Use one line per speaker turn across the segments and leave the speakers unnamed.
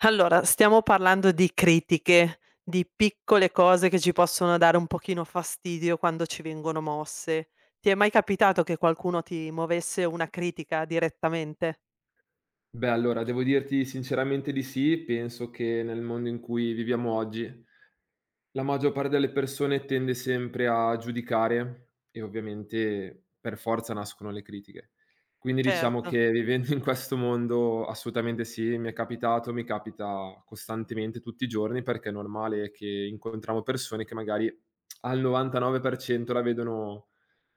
Allora, stiamo parlando di critiche, di piccole cose che ci possono dare un pochino fastidio quando ci vengono mosse. Ti è mai capitato che qualcuno ti muovesse una critica direttamente?
Beh, allora devo dirti sinceramente di sì, penso che nel mondo in cui viviamo oggi, la maggior parte delle persone tende sempre a giudicare e ovviamente per forza nascono le critiche. Quindi diciamo
Certo.
che vivendo in questo mondo assolutamente sì, mi è capitato, mi capita costantemente tutti i giorni perché è normale che incontriamo persone che magari al 99% la vedono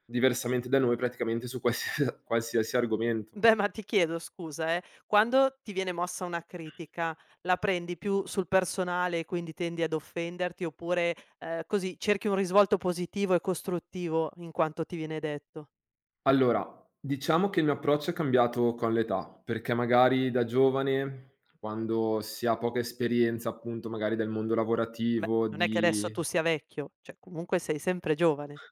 diversamente da noi praticamente su qualsiasi qualsiasi argomento.
Beh, ma ti chiedo scusa, quando ti viene mossa una critica, la prendi più sul personale e quindi tendi ad offenderti oppure, così cerchi un risvolto positivo e costruttivo in quanto ti viene detto?
Allora, diciamo che il mio approccio è cambiato con l'età, perché magari da giovane, quando si ha poca esperienza appunto magari del mondo
Beh,
lavorativo,
non è che adesso
di
tu sia vecchio, cioè comunque sei sempre giovane.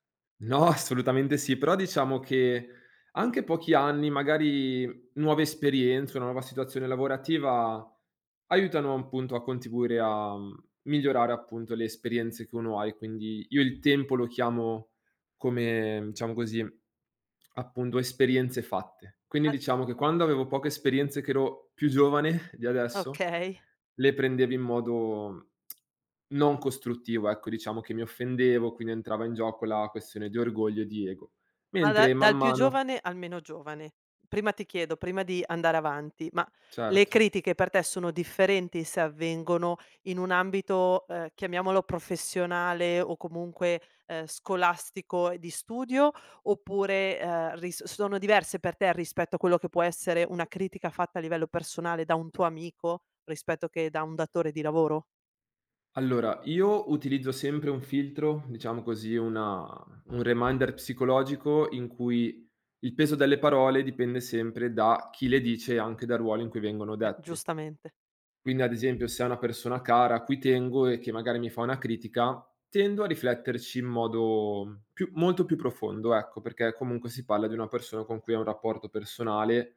no, assolutamente sì, però diciamo che anche pochi anni, magari nuove esperienze, una nuova situazione lavorativa aiutano appunto a contribuire a migliorare appunto le esperienze che uno ha e quindi io il tempo lo chiamo come, diciamo così, appunto esperienze fatte. Quindi diciamo che quando avevo poche esperienze che ero più giovane di adesso,
Okay,
le prendevo in modo non costruttivo, ecco, diciamo che mi offendevo, quindi entrava in gioco la questione di orgoglio e di ego.
ma da
Mentre man
dal più
mano
giovane al meno giovane. Prima ti chiedo, prima di andare avanti, ma le
certo.
critiche per te sono differenti se avvengono in un ambito, chiamiamolo professionale o comunque, scolastico e di studio, oppure, ris sono diverse per te rispetto a quello che può essere una critica fatta a livello personale da un tuo amico, rispetto che da un datore di lavoro?
Allora, io utilizzo sempre un filtro, diciamo così, una un reminder psicologico in cui il peso delle parole dipende sempre da chi le dice e anche dal ruolo in cui vengono
Beh,
dette.
giustamente.
Quindi ad esempio se è una persona cara a cui tengo e che magari mi fa una critica, tendo a rifletterci in modo più molto più profondo, ecco, perché comunque si parla di una persona con cui hai un rapporto personale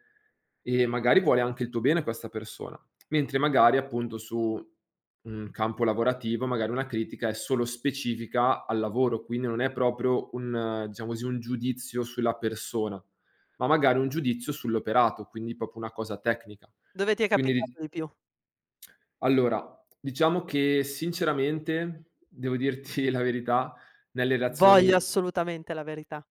e magari vuole anche il tuo bene questa persona. Mentre magari appunto su un campo lavorativo, magari una critica è solo specifica al lavoro, quindi non è proprio un diciamo così, un giudizio sulla persona, ma magari un giudizio sull'operato, quindi proprio una cosa tecnica.
Dove ti è
Quindi
capitato di più?
allora, diciamo che sinceramente, devo dirti la verità, nelle
Voglio
relazioni
assolutamente la verità.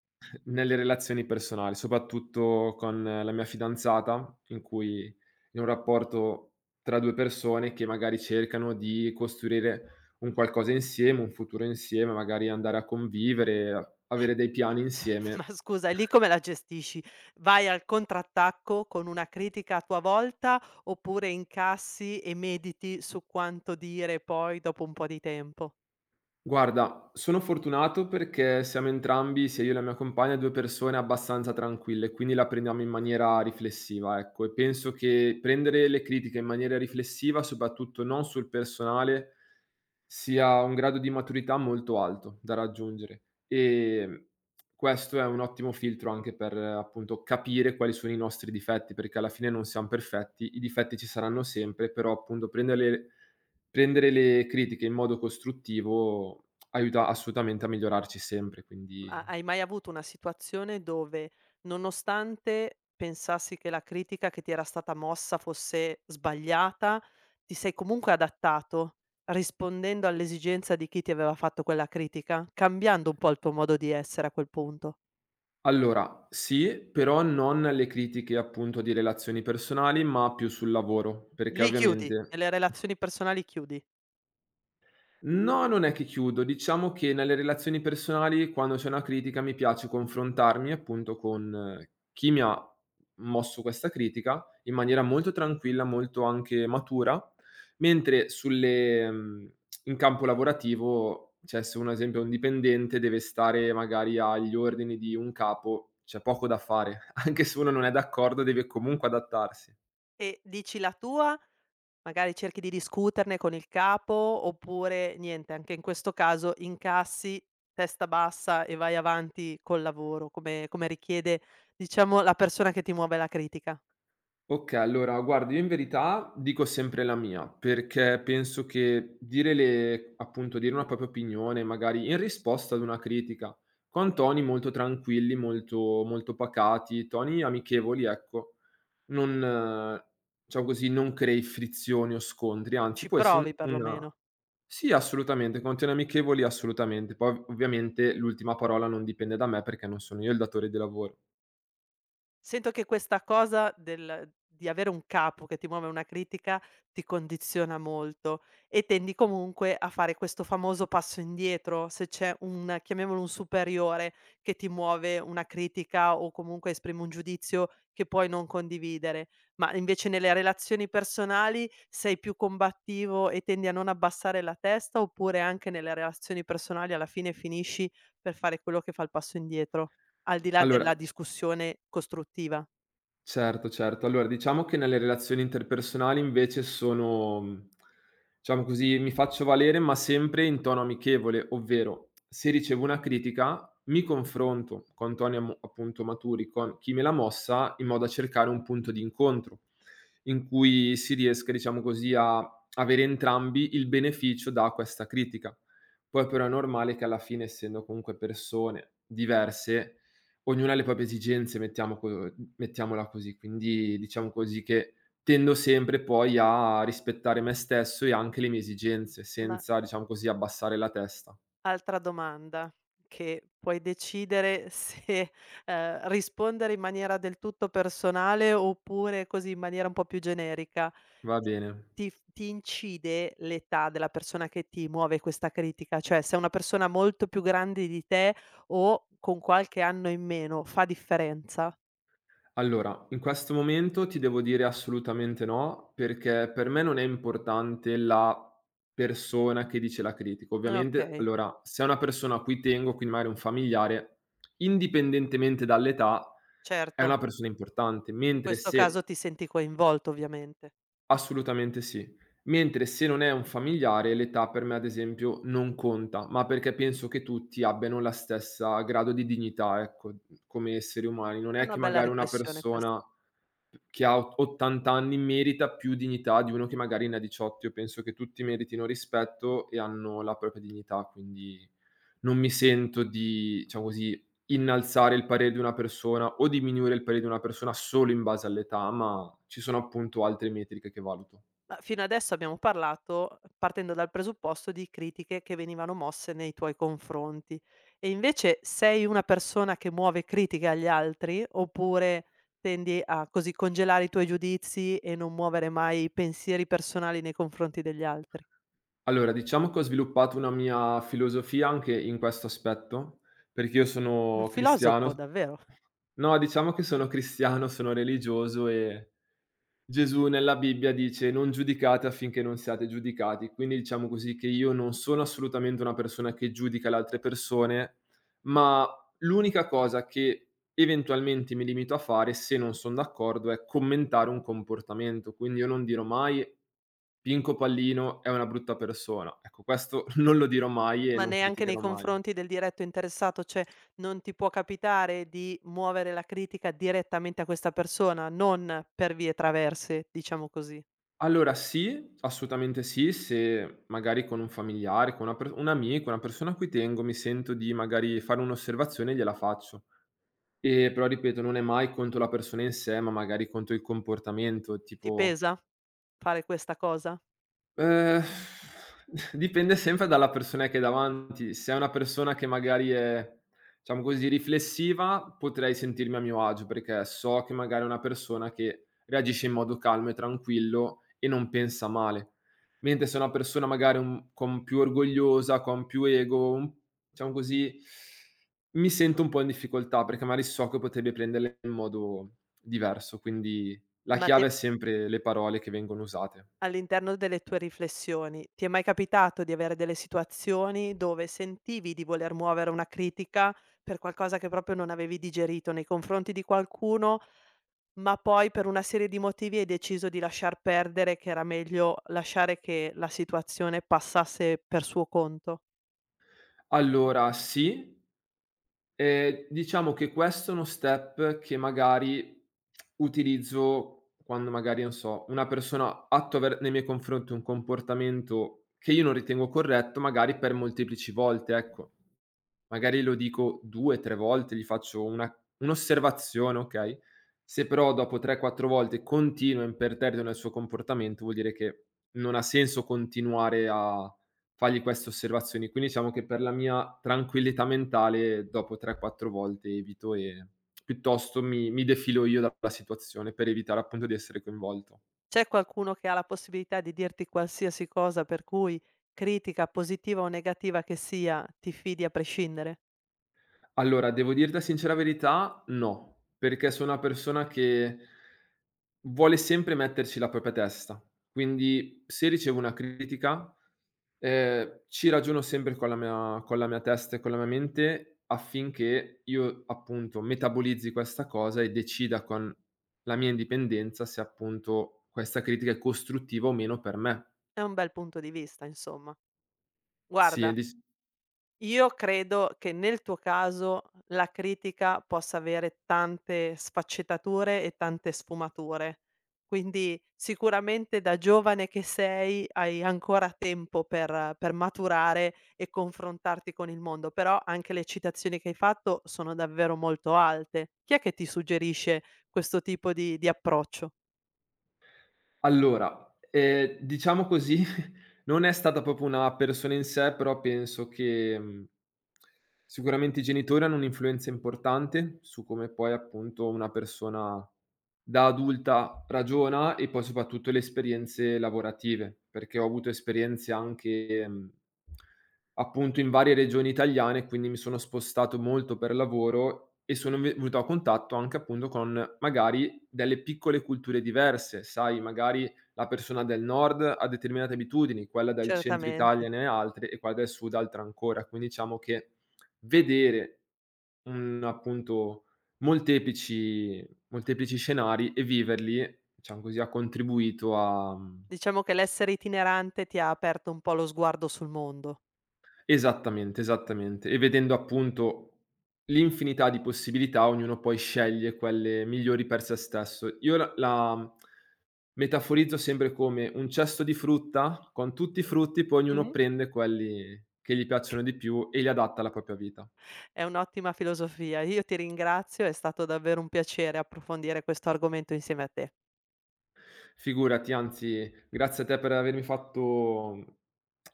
nelle relazioni personali, soprattutto con la mia fidanzata, in cui in un rapporto tra 2 persone che magari cercano di costruire un qualcosa insieme, un futuro insieme, magari andare a convivere, avere dei piani
Ma
insieme.
scusa, lì come la gestisci? Vai al contrattacco con una critica a tua volta oppure incassi e mediti su quanto dire poi dopo un po' di tempo?
Guarda, sono fortunato perché siamo entrambi, sia io e la mia compagna, 2 persone abbastanza tranquille, quindi la prendiamo in maniera riflessiva, ecco. E penso che prendere le critiche in maniera riflessiva, soprattutto non sul personale, sia un grado di maturità molto alto da raggiungere. Ehm, Questo è un ottimo filtro anche per, appunto, capire quali sono i nostri difetti, perché alla fine non siam perfetti, i difetti ci saranno sempre, però appunto prenderle Prendere le critiche in modo costruttivo aiuta assolutamente a migliorarci sempre, quindi
Ma hai mai avuto una situazione dove, nonostante pensassi che la critica che ti era stata mossa fosse sbagliata, ti sei comunque adattato, rispondendo all'esigenza di chi ti aveva fatto quella critica? Cambiando un po' il tuo modo di essere a quel punto.
allora, sì, però non le critiche appunto di relazioni personali, ma più sul lavoro, perché
Lì chiudi,
ovviamente
nelle relazioni personali chiudi.
no, non è che chiudo. Diciamo che nelle relazioni personali quando c'è una critica mi piace confrontarmi appunto con chi mi ha mosso questa critica in maniera molto tranquilla, molto anche matura, mentre sulle in campo lavorativo, cioè se uno ad esempio è un dipendente deve stare magari agli ordini di un capo, c'è poco da fare. Anche se uno non è d'accordo deve comunque adattarsi.
E dici la tua, magari cerchi di discuterne con il capo, oppure niente, anche in questo caso incassi, testa bassa e vai avanti col lavoro come richiede, diciamo, la persona che ti muove la critica.
Okay, allora guarda, io in verità dico sempre la mia, perché penso che dire le appunto, dire una propria opinione, magari in risposta ad una critica, con toni molto tranquilli, molto pacati, toni amichevoli, ecco, non diciamo così, non crei frizioni o scontri, anzi
Ci
può
provi
essere un una
perlomeno.
sì, assolutamente, con toni amichevoli assolutamente. Poi ov ovviamente l'ultima parola non dipende da me, perché non sono io il datore di lavoro.
Sento che questa cosa del di avere un capo che ti muove una critica ti condiziona molto e tendi comunque a fare questo famoso passo indietro se c'è un, chiamiamolo un superiore, che ti muove una critica o comunque esprime un giudizio che puoi non condividere. Ma invece nelle relazioni personali sei più combattivo e tendi a non abbassare la testa, oppure anche nelle relazioni personali alla fine finisci per fare quello che fa il passo indietro? Al di là
Allora
della discussione costruttiva.
certo, certo. Allora, diciamo che nelle relazioni interpersonali invece sono, diciamo così, mi faccio valere, ma sempre in tono amichevole, ovvero se ricevo una critica mi confronto con toni amo appunto maturi con chi me l'ha mossa, in modo da cercare un punto di incontro, in cui si riesca, diciamo così, a avere entrambi il beneficio da questa critica. Poi però è normale che alla fine, essendo comunque persone diverse, ognuna ha le proprie esigenze, mettiamola così. Quindi diciamo così che tendo sempre poi a rispettare me stesso e anche le mie esigenze,
Ma
senza diciamo così abbassare la testa.
altra domanda, che puoi decidere se, rispondere in maniera del tutto personale oppure così in maniera un po' più generica.
Va bene.
Ti incide l'età della persona che ti muove questa critica? Cioè se è una persona molto più grande di te o con qualche anno in meno, fa differenza?
Allora, in questo momento ti devo dire assolutamente no, perché per me non è importante la persona che dice la critica. Ovviamente
Okay,
allora, se è una persona a cui tengo, quindi magari un familiare, indipendentemente dall'età è
certo.
una persona importante,
In
mentre
questo caso
se
ti senti coinvolto ovviamente.
assolutamente sì. Mentre se non è un familiare, l'età per me ad esempio non conta, ma perché penso che tutti abbiano la stessa grado di dignità, ecco, come esseri umani. Non
È
è
una
che
bella
magari una
riflessione questa.
persona che ha o 80 anni merita più dignità di uno che magari ne ha 18. Io penso che tutti meritino rispetto e hanno la propria dignità, quindi non mi sento di, diciamo così, innalzare il parere di una persona o diminuire il parere di una persona solo in base all'età, ma ci sono appunto altre metriche che valuto.
Ma fino adesso abbiamo parlato partendo dal presupposto di critiche che venivano mosse nei tuoi confronti e invece sei una persona che muove critiche agli altri oppure tendi a così congelare i tuoi giudizi e non muovere mai i pensieri personali nei confronti degli altri?
Allora, diciamo che ho sviluppato una mia filosofia anche in questo aspetto, perché io
Un
sono
filosofo
cristiano.
davvero,
No, diciamo che sono cristiano, sono religioso e Gesù nella Bibbia dice: "Non giudicate affinché non siate giudicati". Quindi diciamo così che io non sono assolutamente una persona che giudica le altre persone, ma l'unica cosa che eventualmente mi limito a fare, se non son d'accordo, è commentare un comportamento. Quindi io non dirò mai: "Pinco Pallino è una brutta persona". Ecco, questo non lo dirò mai e
ma
non
neanche nei
criticherò mai.
confronti del diretto interessato, cioè non ti può capitare di muovere la critica direttamente a questa persona, non per vie traverse, diciamo così.
Allora sì, assolutamente sì, se magari con un familiare, con una per un amico, una persona a cui tengo, mi sento di magari fare un'osservazione, gliela faccio. Però ripeto, non è mai contro la persona in sé, ma magari contro il comportamento.
Ti
Tipo,
pesa fare questa cosa?
Ehm, dipende sempre dalla persona che hai davanti. Se è una persona che magari è, diciamo così, riflessiva, potrei sentirmi a mio agio, perché so che magari è una persona che reagisce in modo calmo e tranquillo e non pensa male. Mentre se è una persona magari un con più orgogliosa, con più ego, un diciamo così, mi sento un po' in difficoltà, perché magari so che potrebbe prenderle in modo diverso. Quindi la
Ma ti è,
chiave è sempre le parole che vengono usate.
all'interno delle tue riflessioni, ti è mai capitato di avere delle situazioni dove sentivi di voler muovere una critica per qualcosa che proprio non avevi digerito nei confronti di qualcuno, ma poi per una serie di motivi hai deciso di lasciar perdere, che era meglio lasciare che la situazione passasse per suo conto?
Allora sì, diciamo che questo è uno step che magari utilizzo quando magari, non so, una persona attua ver nei miei confronti un comportamento che io non ritengo corretto, magari per molteplici volte, ecco magari lo dico 2, 3 volte, gli faccio una un'osservazione, okay, se però dopo 3, 4 volte continua imperterrito nel suo comportamento, vuol dire che non ha senso continuare a fargli queste osservazioni. Quindi diciamo che per la mia tranquillità mentale dopo 3, 4 volte evito e piuttosto mi defilo io dalla situazione per evitare appunto di essere coinvolto.
C'è qualcuno che ha la possibilità di dirti qualsiasi cosa per cui, critica positiva o negativa che sia, ti fidi a prescindere?
Allora, devo dir la sincera verità, no, perché sono una persona che vuole sempre metterci la propria testa. Quindi se ricevo una critica, ci ragiono sempre con la mia testa e con la mia mente affinché io, appunto, metabolizzi questa cosa e decida con la mia indipendenza se, appunto, questa critica è costruttiva o meno per me.
È un bel punto di vista insomma.
Sì,
Guarda,
e dis
io credo che nel tuo caso la critica possa avere tante sfaccettature e tante sfumature. Quindi sicuramente da giovane che sei hai ancora tempo per maturare e confrontarti con il mondo, però anche le citazioni che hai fatto sono davvero molto alte. Chi è che ti suggerisce questo tipo di approccio?
allora, diciamo così, non è stata proprio una persona in sé, però penso che, sicuramente i genitori hanno un'influenza importante su come poi, appunto, una persona da adulta ragiona e poi soprattutto le esperienze lavorative, perché ho avuto esperienze anche, mhmm appunto in varie regioni italiane, quindi mi sono spostato molto per lavoro e sono ve venuto a contatto anche appunto con magari delle piccole culture diverse, sai, magari la persona del nord ha determinate abitudini, quella del centro
Certamente.
Italia ne ha altre e quella del sud altre ancora. Quindi diciamo che vedere, appunto molteplici molteplici scenari e viverli, diciamo così, ha contribuito a mhmm
Diciamo che l'essere itinerante ti ha aperto un po' lo sguardo sul mondo.
esattamente, esattamente. E vedendo appunto l'infinità di possibilità, ognuno poi sceglie quelle migliori per se stesso. Io la metaforizzo sempre come un cesto di frutta con tutti i frutti, poi ognuno
Mh-mh.
prende quelli che gli piacciono di più e li adatta alla propria vita.
È un'ottima filosofia. Io ti ringrazio, è stato davvero un piacere approfondire questo argomento insieme a te.
Figurati, anzi, grazie a te per avermi fatto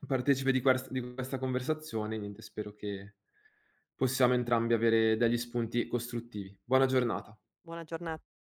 partecipe di quest di questa conversazione. Niente, spero che possiamo entrambi avere degli spunti costruttivi. Buona giornata.
Buona giorna